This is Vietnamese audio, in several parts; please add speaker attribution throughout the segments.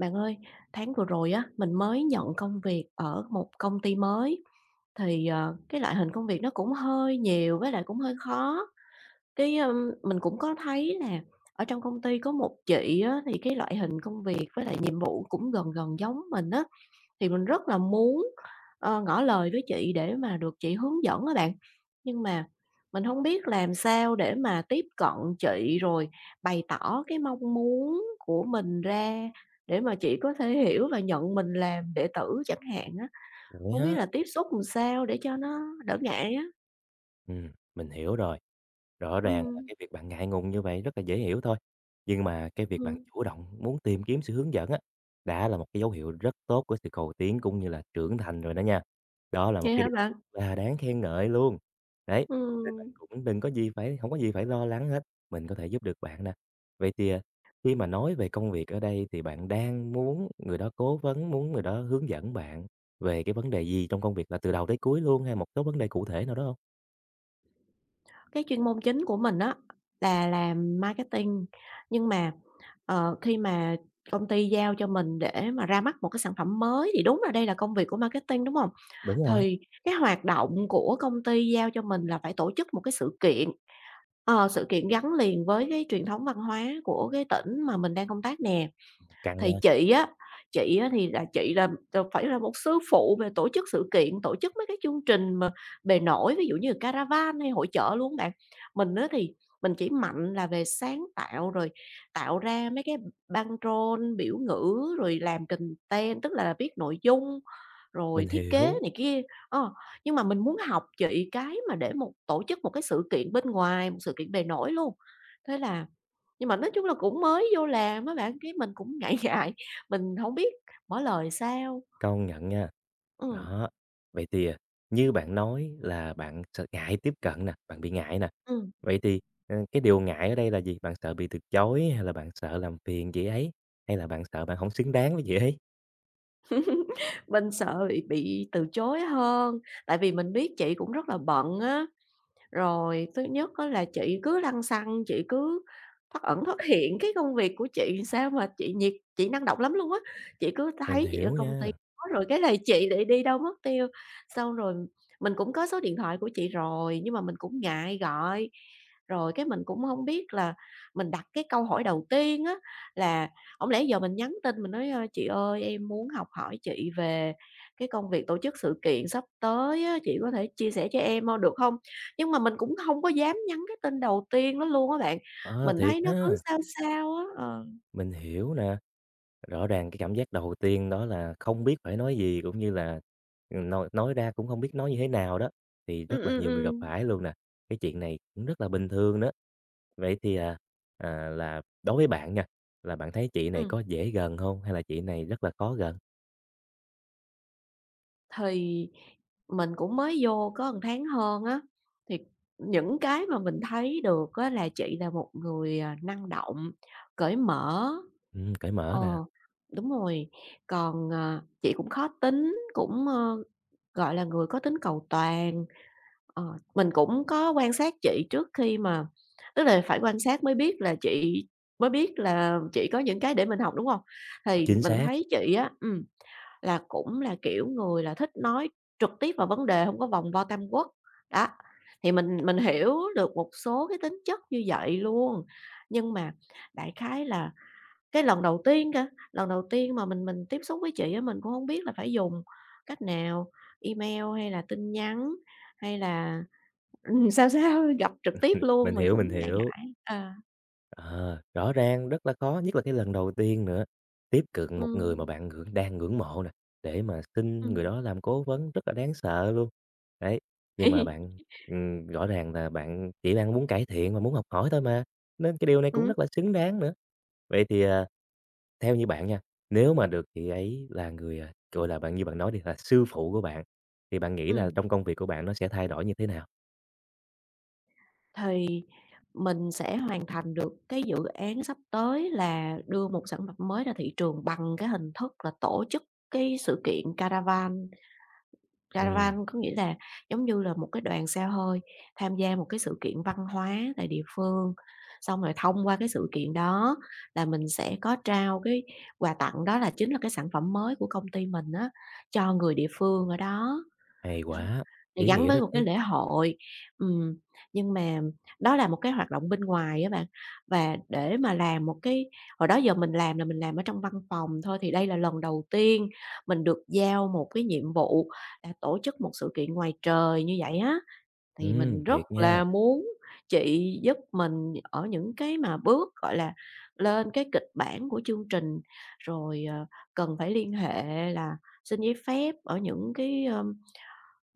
Speaker 1: Bạn ơi, tháng vừa rồi á, mình mới nhận công việc ở một công ty mới, thì, cái loại hình công việc nó cũng hơi nhiều với lại cũng hơi khó. Mình cũng có thấy là ở trong công ty có một chị á, thì cái loại hình công việc với lại nhiệm vụ cũng gần gần giống mình á, thì mình rất là muốn, ngỏ lời với chị để mà được chị hướng dẫn các bạn, nhưng mà mình không biết làm sao để mà tiếp cận chị, rồi bày tỏ cái mong muốn của mình ra để mà chị có thể hiểu và nhận mình làm đệ tử chẳng hạn á.
Speaker 2: Vậy
Speaker 1: Không biết
Speaker 2: hả?
Speaker 1: là tiếp xúc làm sao để cho nó đỡ ngại á?
Speaker 2: Ừm, mình hiểu rồi. Rõ ràng là
Speaker 1: Ừm,
Speaker 2: cái việc bạn ngại ngùng như vậy rất là dễ hiểu thôi, nhưng mà cái việc bạn
Speaker 1: ừm.
Speaker 2: chủ động muốn tìm kiếm sự hướng dẫn á, đã là một cái dấu hiệu rất tốt của sự cầu tiến cũng như là trưởng thành rồi đó nha. Đó là một
Speaker 1: Vậy
Speaker 2: cái
Speaker 1: hả
Speaker 2: điều
Speaker 1: bạn?
Speaker 2: rất là đáng khen ngợi luôn. Đấy, nên bạn
Speaker 1: Ừm.
Speaker 2: cũng đừng có gì phải không có gì phải lo lắng hết, mình có thể giúp được bạn nè. Vậy thì, à, khi mà nói về công việc ở đây thì bạn đang muốn người đó cố vấn, muốn người đó hướng dẫn bạn về cái vấn đề gì trong công việc là từ đầu tới cuối luôn hay một số vấn đề cụ thể nào đó không.
Speaker 1: Cái chuyên môn chính của mình á là làm marketing, nhưng mà khi mà công ty giao cho mình để mà ra mắt một cái sản phẩm mới thì đúng là đây là công việc của marketing, đúng không?
Speaker 2: Đúng rồi,
Speaker 1: Thì cái hoạt động của công ty giao cho mình là phải tổ chức một cái sự kiện, sự kiện gắn liền với cái truyền thống văn hóa của cái tỉnh mà mình đang công tác nè.
Speaker 2: căng
Speaker 1: Thì
Speaker 2: nha,
Speaker 1: chị á thì là chị là phải là một sư phụ về tổ chức sự kiện, tổ chức mấy cái chương trình mà bề nổi, ví dụ như là Caravan hay hội chợ luôn bạn. Mình á thì mình chỉ mạnh là về sáng tạo, rồi tạo ra mấy cái băng-rôn, biểu ngữ, rồi làm content, tức là viết nội dung, rồi
Speaker 2: mình
Speaker 1: thiết kế
Speaker 2: hiểu,
Speaker 1: này kia. Ờ, nhưng mà mình muốn học chị cái mà để tổ chức một cái sự kiện bên ngoài, một sự kiện bề nổi luôn. Thế là nhưng mà nói chung là cũng mới vô làm á bạn, cái mình cũng ngại ngại, mình hổng biết mở lời sao.
Speaker 2: công nhận nha.
Speaker 1: Ừm,
Speaker 2: Đó, vậy thì, à, như bạn nói là bạn ngại tiếp cận nè, bạn bị ngại nè.
Speaker 1: ừm,
Speaker 2: Vậy thì, ờ, cái điều ngại ở đây là gì? Bạn sợ bị từ chối hay là bạn sợ làm phiền chị ấy? Hay là bạn sợ bạn không xứng đáng với chị ấy?
Speaker 1: mình sợ bị từ chối hơn, tại vì mình biết chị cũng rất là bận á. Rồi thứ nhất á là chị cứ lăng xăng, chị cứ thoắt ẩn thoắt hiện cái công việc của chị sao mà chị năng động lắm luôn á. Chị cứ
Speaker 2: Mình
Speaker 1: thấy chị ở
Speaker 2: hiểu
Speaker 1: công ty
Speaker 2: nha,
Speaker 1: đó, rồi cái này chị lại đi đâu mất tiêu. Xong rồi mình cũng có số điện thoại của chị rồi, nhưng mà mình cũng ngại gọi. Rồi cái mình cũng không biết là mình đặt cái câu hỏi đầu tiên á, là không lẽ giờ mình nhắn tin mình nói, "Chị ơi, em muốn học hỏi chị về cái công việc tổ chức sự kiện sắp tới á, chị có thể chia sẻ cho em hông được không nhưng mà mình cũng không có dám nhắn cái tên đầu tiên đó luôn á bạn,
Speaker 2: ờ,
Speaker 1: mình
Speaker 2: thiệt
Speaker 1: thấy nó cứ
Speaker 2: ha.
Speaker 1: sao sao á, ờ.
Speaker 2: Mình hiểu nè. Rõ ràng cái cảm giác đầu tiên đó là không biết phải nói gì, cũng như là, ừ, nói ra cũng không biết nói như thế nào đó, thì
Speaker 1: Ừm,
Speaker 2: rất là
Speaker 1: ừm,
Speaker 2: nhiều người gặp
Speaker 1: ừm,
Speaker 2: phải luôn nè. Cái chuyện này cũng rất là bình thường đó. Vậy thì, à, à, là đối với bạn nha, là bạn thấy chị này
Speaker 1: ừm.
Speaker 2: có dễ gần không hay là chị này rất là khó gần?
Speaker 1: Thì mình cũng mới vô có một tháng hơn á, thì những cái mà mình thấy được á là chị là một người, năng động, cởi mở.
Speaker 2: Cởi mở
Speaker 1: Ờ,
Speaker 2: nè.
Speaker 1: đúng rồi, còn, chị cũng khó tính, cũng, gọi là, người có tính cầu toàn. Ờ, mình cũng có quan sát chị trước khi mà tức là phải quan sát mới biết là chị có những cái để mình học, đúng hông? Thì
Speaker 2: Chính
Speaker 1: mình
Speaker 2: xác,
Speaker 1: thấy chị á, là cũng là kiểu người là thích nói trực tiếp vào vấn đề, hông có vòng vo tam quốc. Đó, thì mình hiểu được một số cái tính chất như vậy luôn. Nhưng mà đại khái là cái lần đầu tiên cơ, lần đầu tiên mà mình tiếp xúc với chị á, mình cũng hông biết là phải dùng cách nào, email hay là tin nhắn hay là sao sao, gặp trực tiếp luôn,
Speaker 2: mình
Speaker 1: mình
Speaker 2: hiểu, mình
Speaker 1: cũng ngại
Speaker 2: hiểu.
Speaker 1: ngại. À,
Speaker 2: Ờ, rõ ràng rất là khó, nhất là cái lần đầu tiên nữa. Tiếp cận một người mà
Speaker 1: ừm,
Speaker 2: bạn đang ngưỡng mộ nè, để mà xin
Speaker 1: ừm.
Speaker 2: người đó làm cố vấn rất là đáng sợ luôn. Đấy, nhưng mà bạn, rõ ràng là bạn chỉ đang muốn cải thiện và muốn học hỏi thôi mà, nên cái điều này cũng
Speaker 1: Ừm,
Speaker 2: rất là xứng đáng nữa. Vậy thì, à, theo như bạn nha, nếu mà được chị ấy là người, à, gọi là, bạn như bạn nói đi, là sư phụ của bạn, thì bạn nghĩ là
Speaker 1: ừm,
Speaker 2: trong công việc của bạn nó sẽ thay đổi như thế nào?
Speaker 1: thì mình sẽ hoàn thành được cái dự án sắp tới là đưa một sản phẩm mới ra thị trường bằng cái hình thức là tổ chức cái sự kiện Caravan.
Speaker 2: Ừm,
Speaker 1: Caravan có nghĩa là giống như là một cái đoàn xe hơi tham gia một cái sự kiện văn hóa tại địa phương, xong rồi thông qua cái sự kiện đó là mình sẽ có trao cái quà tặng đó là chính là cái sản phẩm mới của công ty mình á, cho người địa phương ở đó.
Speaker 2: hay
Speaker 1: Đó,
Speaker 2: quá,
Speaker 1: thì
Speaker 2: ý
Speaker 1: gắn
Speaker 2: nghĩa
Speaker 1: với
Speaker 2: đó
Speaker 1: một cái
Speaker 2: chứ.
Speaker 1: lễ hội, ừm, nhưng mà đó là một cái hoạt động bên ngoài á bạn. Và để mà làm một cái hồi đó giờ mình làm là mình làm ở trong văn phòng thôi, thì đây là lần đầu tiên mình được giao một cái nhiệm vụ là tổ chức một sự kiện ngoài trời như vậy á. Thì mình rất
Speaker 2: Thiệt
Speaker 1: là
Speaker 2: nha.
Speaker 1: muốn chị giúp mình ở những cái mà bước, gọi là, lên cái kịch bản của chương trình, rồi, cần phải liên hệ là xin giấy phép ở những cái,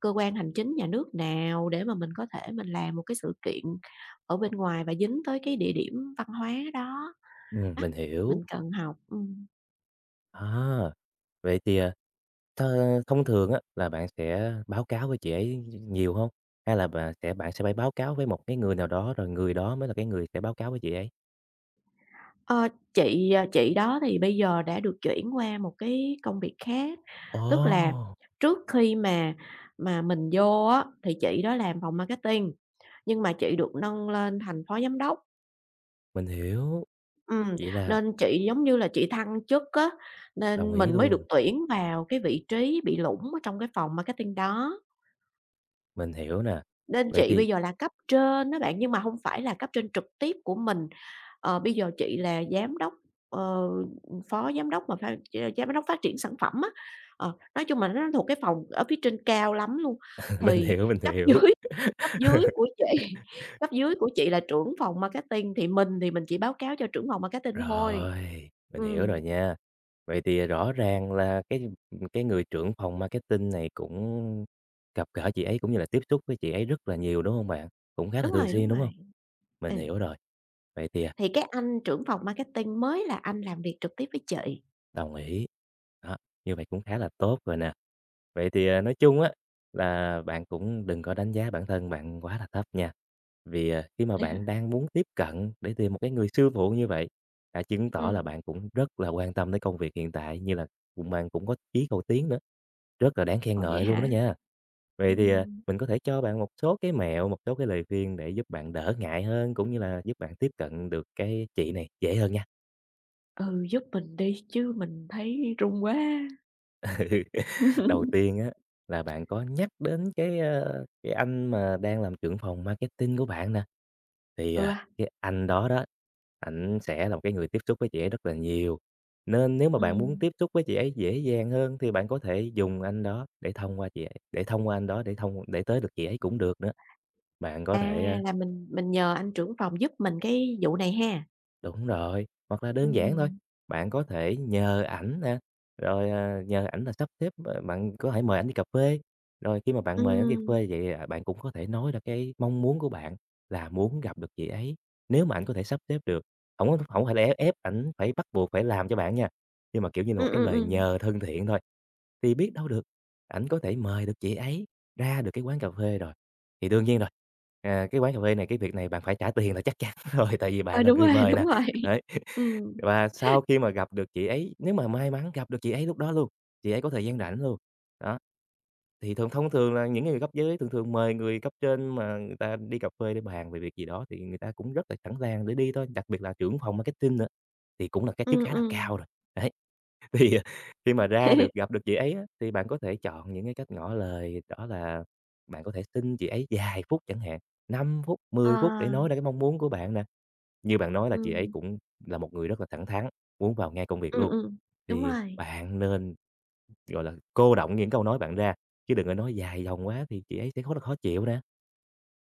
Speaker 1: cơ quan hành chính nhà nước nào để mà mình có thể mình làm một cái sự kiện ở bên ngoài và dính tới cái địa điểm văn hóa đó, đó,
Speaker 2: Mình
Speaker 1: mình
Speaker 2: hiểu.
Speaker 1: cần học. Ừm.
Speaker 2: À, vậy thì, à, thông thường á là bạn sẽ báo cáo với chị ấy nhiều không? Hay là bạn sẽ phải báo cáo với một cái người nào đó, rồi người đó mới là cái người sẽ báo cáo với chị ấy?
Speaker 1: Ờ, chị đó thì bây giờ đã được chuyển qua một cái công việc khác, tức là
Speaker 2: Ồ!
Speaker 1: trước khi mà mình vô á, thì chị đó làm phòng marketing, nhưng mà chị được nâng lên thành phó giám đốc,
Speaker 2: Mình hiểu,
Speaker 1: ừm,
Speaker 2: vậy là
Speaker 1: nên chị giống như là chị thăng chức á,
Speaker 2: đồng
Speaker 1: nên
Speaker 2: ý
Speaker 1: mình mới được
Speaker 2: luôn,
Speaker 1: tuyển vào cái vị trí bị lủng ở trong cái phòng marketing đó.
Speaker 2: mình hiểu nè.
Speaker 1: Nên
Speaker 2: Vậy
Speaker 1: chị bây
Speaker 2: thì
Speaker 1: giờ là cấp trên á bạn, nhưng mà hông phải là cấp trên trực tiếp của mình. Ờ, bây giờ chị là giám đốc, ờ, phó giám đốc mà pha ch giám đốc phát triển sản phẩm á. Ờ, nói chung là nó thuộc cái phòng ở phía trên cao lắm luôn.
Speaker 2: mình
Speaker 1: Thì
Speaker 2: hiểu, mình
Speaker 1: cấp
Speaker 2: hiểu.
Speaker 1: dưới cấp dưới của chị cấp dưới của chị là trưởng phòng marketing, thì mình chỉ báo cáo cho trưởng phòng marketing thôi.
Speaker 2: Rồi, mình hiểu
Speaker 1: Ừm,
Speaker 2: rồi nha. Vậy thì rõ ràng là cái người trưởng phòng marketing này cũng gặp gỡ chị ấy cũng như là tiếp xúc với chị ấy rất là nhiều, đúng không bạn? Cũng khá là
Speaker 1: đúng
Speaker 2: thường
Speaker 1: rồi,
Speaker 2: xuyên,
Speaker 1: đúng
Speaker 2: đúng
Speaker 1: rồi.
Speaker 2: không?
Speaker 1: Ừ,
Speaker 2: Mình hiểu rồi. Vậy thì
Speaker 1: thì cái anh trưởng phòng marketing mới là anh làm việc trực tiếp với chị.
Speaker 2: đồng ý. Đó, như vậy cũng khá là tốt rồi nè. Vậy thì, à, nói chung á, là bạn cũng đừng có đánh giá bản thân bạn quá là thấp nha. Vì, à, khi mà bạn đang muốn tiếp cận để tìm một cái người sư phụ như vậy, đã chứng tỏ là
Speaker 1: Ừm.
Speaker 2: bạn cũng rất là quan tâm tới công việc hiện tại, như là bạn cũng có chí cầu tiến nữa, rất là đáng khen
Speaker 1: Ồ, vậy
Speaker 2: ngợi luôn đó
Speaker 1: hả?
Speaker 2: nha. Vậy thì, à,
Speaker 1: Ừm.
Speaker 2: mình có thể cho bạn một số cái mẹo, một số cái lời khuyên để giúp bạn đỡ ngại hơn, cũng như là giúp bạn tiếp cận được cái chị này dễ hơn nha.
Speaker 1: Ừ, giúp mình đi, chứ mình thấy run quá.
Speaker 2: Đầu tiên á là bạn có nhắc đến cái, ơ, cái anh mà đang làm trưởng phòng marketing của bạn nè, thì,
Speaker 1: Ừ
Speaker 2: à,
Speaker 1: à
Speaker 2: cái anh đó đó, ảnh sẽ là một cái người tiếp xúc với chị ấy rất là nhiều, nên nếu mà bạn muốn
Speaker 1: Ừm,
Speaker 2: tiếp xúc với chị ấy dễ dàng hơn thì bạn có thể dùng anh đó để thông qua chị ấy để thông qua anh đó để tới được chị ấy cũng được nữa. Bạn có
Speaker 1: à,
Speaker 2: thể, à,
Speaker 1: là mình nhờ anh trưởng phòng giúp mình cái vụ này ha?
Speaker 2: đúng rồi, hoặc là đơn giản thôi,
Speaker 1: Ừm.
Speaker 2: bạn có thể nhờ ảnh nè, rồi, à, nhờ ảnh là sắp xếp, ờ, bạn có thể mời ảnh đi cà phê, rồi khi mà bạn mời ảnh đi cà
Speaker 1: Ừm,
Speaker 2: phê vậy, à, bạn cũng có thể nói ra cái mong muốn của bạn là muốn gặp được chị ấy, nếu mà ảnh có thể sắp xếp được. Không có hổng phải là ép ép ảnh phải bắt buộc phải làm cho bạn nha, nhưng mà, kiểu như là, một
Speaker 1: ừm,
Speaker 2: cái
Speaker 1: ừm,
Speaker 2: lời
Speaker 1: ừm.
Speaker 2: nhờ thân thiện thôi, thì biết đâu được, ảnh có thể mời được chị ấy ra được cái quán cà phê rồi. Thì đương nhiên rồi, à, cái quán cà phê này cái việc này bạn phải trả tiền là chắc chắn rồi, tại vì
Speaker 1: Ờ,
Speaker 2: bạn là
Speaker 1: đúng rồi,
Speaker 2: người mời
Speaker 1: đúng
Speaker 2: nè.
Speaker 1: rồi.
Speaker 2: Đấy,
Speaker 1: Ừm,
Speaker 2: và sau khi mà gặp được chị ấy, nếu mà may mắn gặp được chị ấy lúc đó luôn, chị ấy có thời gian rảnh luôn, đó, thì thông thường là những người cấp dưới thường thường mời người cấp trên mà người ta đi cà phê để bàn về việc gì đó thì người ta cũng rất là sẵn sàng để đi thôi, đặc biệt là trưởng phòng marketing nữa, thì cũng là cái chức
Speaker 1: ừm,
Speaker 2: khá là cao
Speaker 1: ừm.
Speaker 2: rồi. Đấy, thì, ờ, khi mà ra được gặp được chị ấy á, thì bạn có thể chọn những cái cách ngỏ lời, đó là bạn có thể xin chị ấy vài phút chẳng hạn, 5 phút, 10 phút
Speaker 1: Ờ,
Speaker 2: để nói ra cái mong muốn của bạn nè. Như bạn nói là chị ấy
Speaker 1: ừm,
Speaker 2: cũng là một người rất là thẳng thắn, muốn vào ngay công việc
Speaker 1: ừm,
Speaker 2: luôn,
Speaker 1: ừm, đúng
Speaker 2: thì
Speaker 1: rồi.
Speaker 2: bạn nên, gọi là, cô đọng những câu nói bạn ra, chứ đừng có nói dài dòng quá thì chị ấy sẽ khó là khó chịu nè.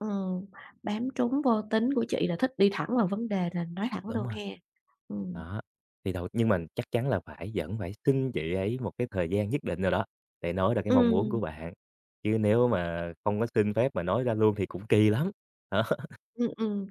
Speaker 1: Ừm, bám trúng vô tính của chị là thích đi thẳng vào vấn đề là nói thẳng
Speaker 2: Đúng
Speaker 1: luôn
Speaker 2: rồi.
Speaker 1: ha. Ừm,
Speaker 2: Đó, thì nhưng mà chắc chắn là phải vẫn phải xin chị ấy một cái thời gian nhất định nào đó để nói ra cái mong muốn của
Speaker 1: ừm.
Speaker 2: bạn, chứ nếu mà không có xin phép mà nói ra luôn thì cũng kỳ lắm. Đó,
Speaker 1: Ừm, ừm.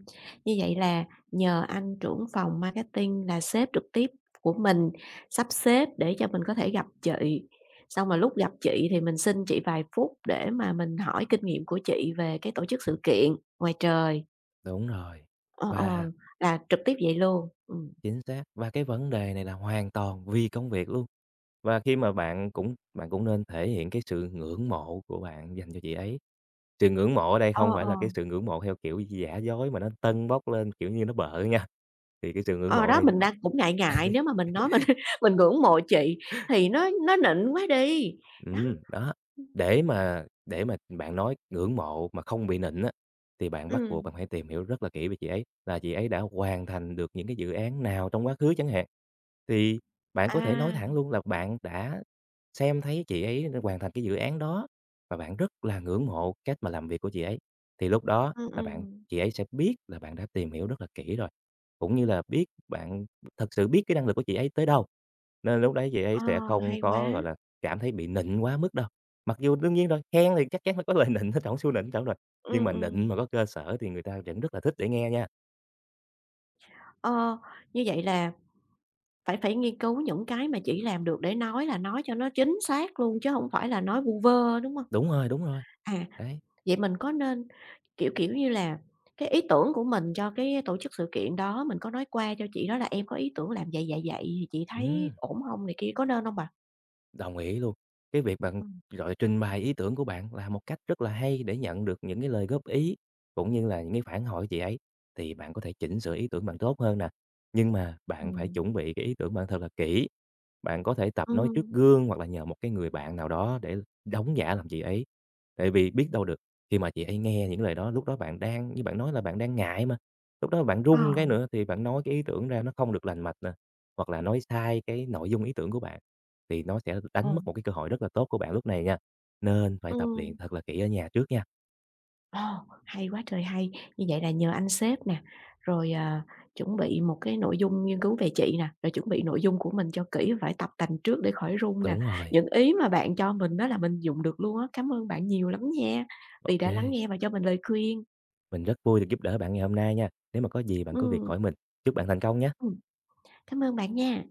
Speaker 1: Như vậy là nhờ anh trưởng phòng marketing là sếp trực tiếp của mình sắp xếp để cho mình có thể gặp chị, xong mà lúc gặp chị thì mình xin chị vài phút để mà mình hỏi kinh nghiệm của chị về cái tổ chức sự kiện ngoài trời.
Speaker 2: đúng rồi.
Speaker 1: Ờ,
Speaker 2: Và
Speaker 1: ờ, là trực tiếp vậy luôn.
Speaker 2: chính xác, và cái vấn đề này là hoàn toàn vì công việc luôn. Và khi mà bạn cũng nên thể hiện cái sự ngưỡng mộ của bạn dành cho chị ấy. Sự ngưỡng mộ ở đây
Speaker 1: Ờ,
Speaker 2: không phải
Speaker 1: ờ,
Speaker 2: là cái sự ngưỡng mộ theo kiểu giả dối mà nó tâng bốc lên, kiểu như, nó bợ nha, thì cái sự ngưỡng
Speaker 1: ờ,
Speaker 2: mộ ở
Speaker 1: đó,
Speaker 2: đây
Speaker 1: mình
Speaker 2: bạn
Speaker 1: đang cũng ngại ngại nếu mà mình nói mình mình ngưỡng mộ chị thì nó nịnh quá đi. Đó,
Speaker 2: đó, để mà bạn nói ngưỡng mộ mà không bị nịnh á, thì bạn bắt buộc bạn
Speaker 1: ừm.
Speaker 2: phải tìm hiểu rất là kỹ về chị ấy, là chị ấy đã hoàn thành được những cái dự án nào trong quá khứ chẳng hạn. Thì bạn có thể nói
Speaker 1: À,
Speaker 2: thẳng luôn là bạn đã xem thấy chị ấy hoàn thành cái dự án đó và bạn rất là ngưỡng mộ cách mà làm việc của chị ấy. Thì lúc đó là
Speaker 1: ừm.
Speaker 2: chị ấy sẽ biết là bạn đã tìm hiểu rất là kỹ rồi, cũng như là biết bạn thật sự biết cái năng lực của chị ấy tới đâu, nên lúc đấy chị ấy sẽ
Speaker 1: Ờ,
Speaker 2: không
Speaker 1: hay
Speaker 2: có,
Speaker 1: quá.
Speaker 2: gọi là, cảm thấy bị nịnh quá mức đâu. Mặc dù đương nhiên rồi, khen thì chắc chắn là có lời nịnh nó trỏng xu nịnh trỏng rồi, nhưng
Speaker 1: Ừm,
Speaker 2: mà nịnh
Speaker 1: ừm.
Speaker 2: mà có cơ sở thì người ta vẫn rất là thích để nghe nha.
Speaker 1: Ờ, như vậy là phải phải nghiên cứu những cái mà chỉ làm được để nói cho nó chính xác luôn chứ không phải là nói vu vơ, đúng không?
Speaker 2: Đúng rồi, đúng rồi.
Speaker 1: À,
Speaker 2: Đấy,
Speaker 1: vậy mình có nên, kiểu như là, cái ý tưởng của mình cho cái tổ chức sự kiện đó, mình có nói qua cho chị đó là "Em có ý tưởng làm vậy, vậy, vậy thì chị
Speaker 2: ừm.
Speaker 1: thấy ổn không này kia, có nên không bà?
Speaker 2: Đồng ý luôn. Cái việc bạn,
Speaker 1: Ừm,
Speaker 2: trình bày ý tưởng của bạn là một cách rất là hay để nhận được những cái lời góp ý, cũng như là những cái phản hồi chị ấy, thì bạn có thể chỉnh sửa ý tưởng bạn tốt hơn nè. Nhưng mà bạn phải
Speaker 1: ừm.
Speaker 2: chuẩn bị cái ý tưởng bạn thật là kỹ. Bạn có thể tập nói trước
Speaker 1: Ừm,
Speaker 2: gương hoặc là nhờ một cái người bạn nào đó để đóng giả làm chị ấy. Tại vì biết đâu được, khi mà chị ấy nghe những lời đó, lúc đó bạn đang như bạn nói là bạn đang ngại mà, lúc đó bạn
Speaker 1: ờ,
Speaker 2: run cái nữa thì bạn nói cái ý tưởng ra nó không được lành mạch nè, hoặc là nói sai cái nội dung ý tưởng của bạn, thì nó sẽ đánh
Speaker 1: Ờ.
Speaker 2: mất một cái cơ hội rất là tốt của bạn lúc này nha. Nên phải tập luyện
Speaker 1: Ừm.
Speaker 2: thật là kỹ ở nhà trước nha.
Speaker 1: Ờ, hay quá trời hay! Như vậy là nhờ anh sếp nè, rồi, chuẩn bị một cái nội dung nghiên cứu về chị nè, rồi chuẩn bị nội dung của mình cho kỹ, phải tập tành trước để khỏi run nè.
Speaker 2: Đúng rồi,
Speaker 1: Những ý mà bạn cho mình đó là mình dùng được luôn á. Cảm ơn bạn nhiều lắm nha, vì
Speaker 2: ok,
Speaker 1: đã lắng nghe và cho mình lời khuyên.
Speaker 2: mình rất vui được giúp đỡ bạn ngày hôm nay nha. Nếu mà có gì bạn cứ việc
Speaker 1: Ừm,
Speaker 2: hỏi mình. Chúc bạn thành công nha!
Speaker 1: ừm, cảm ơn bạn nha.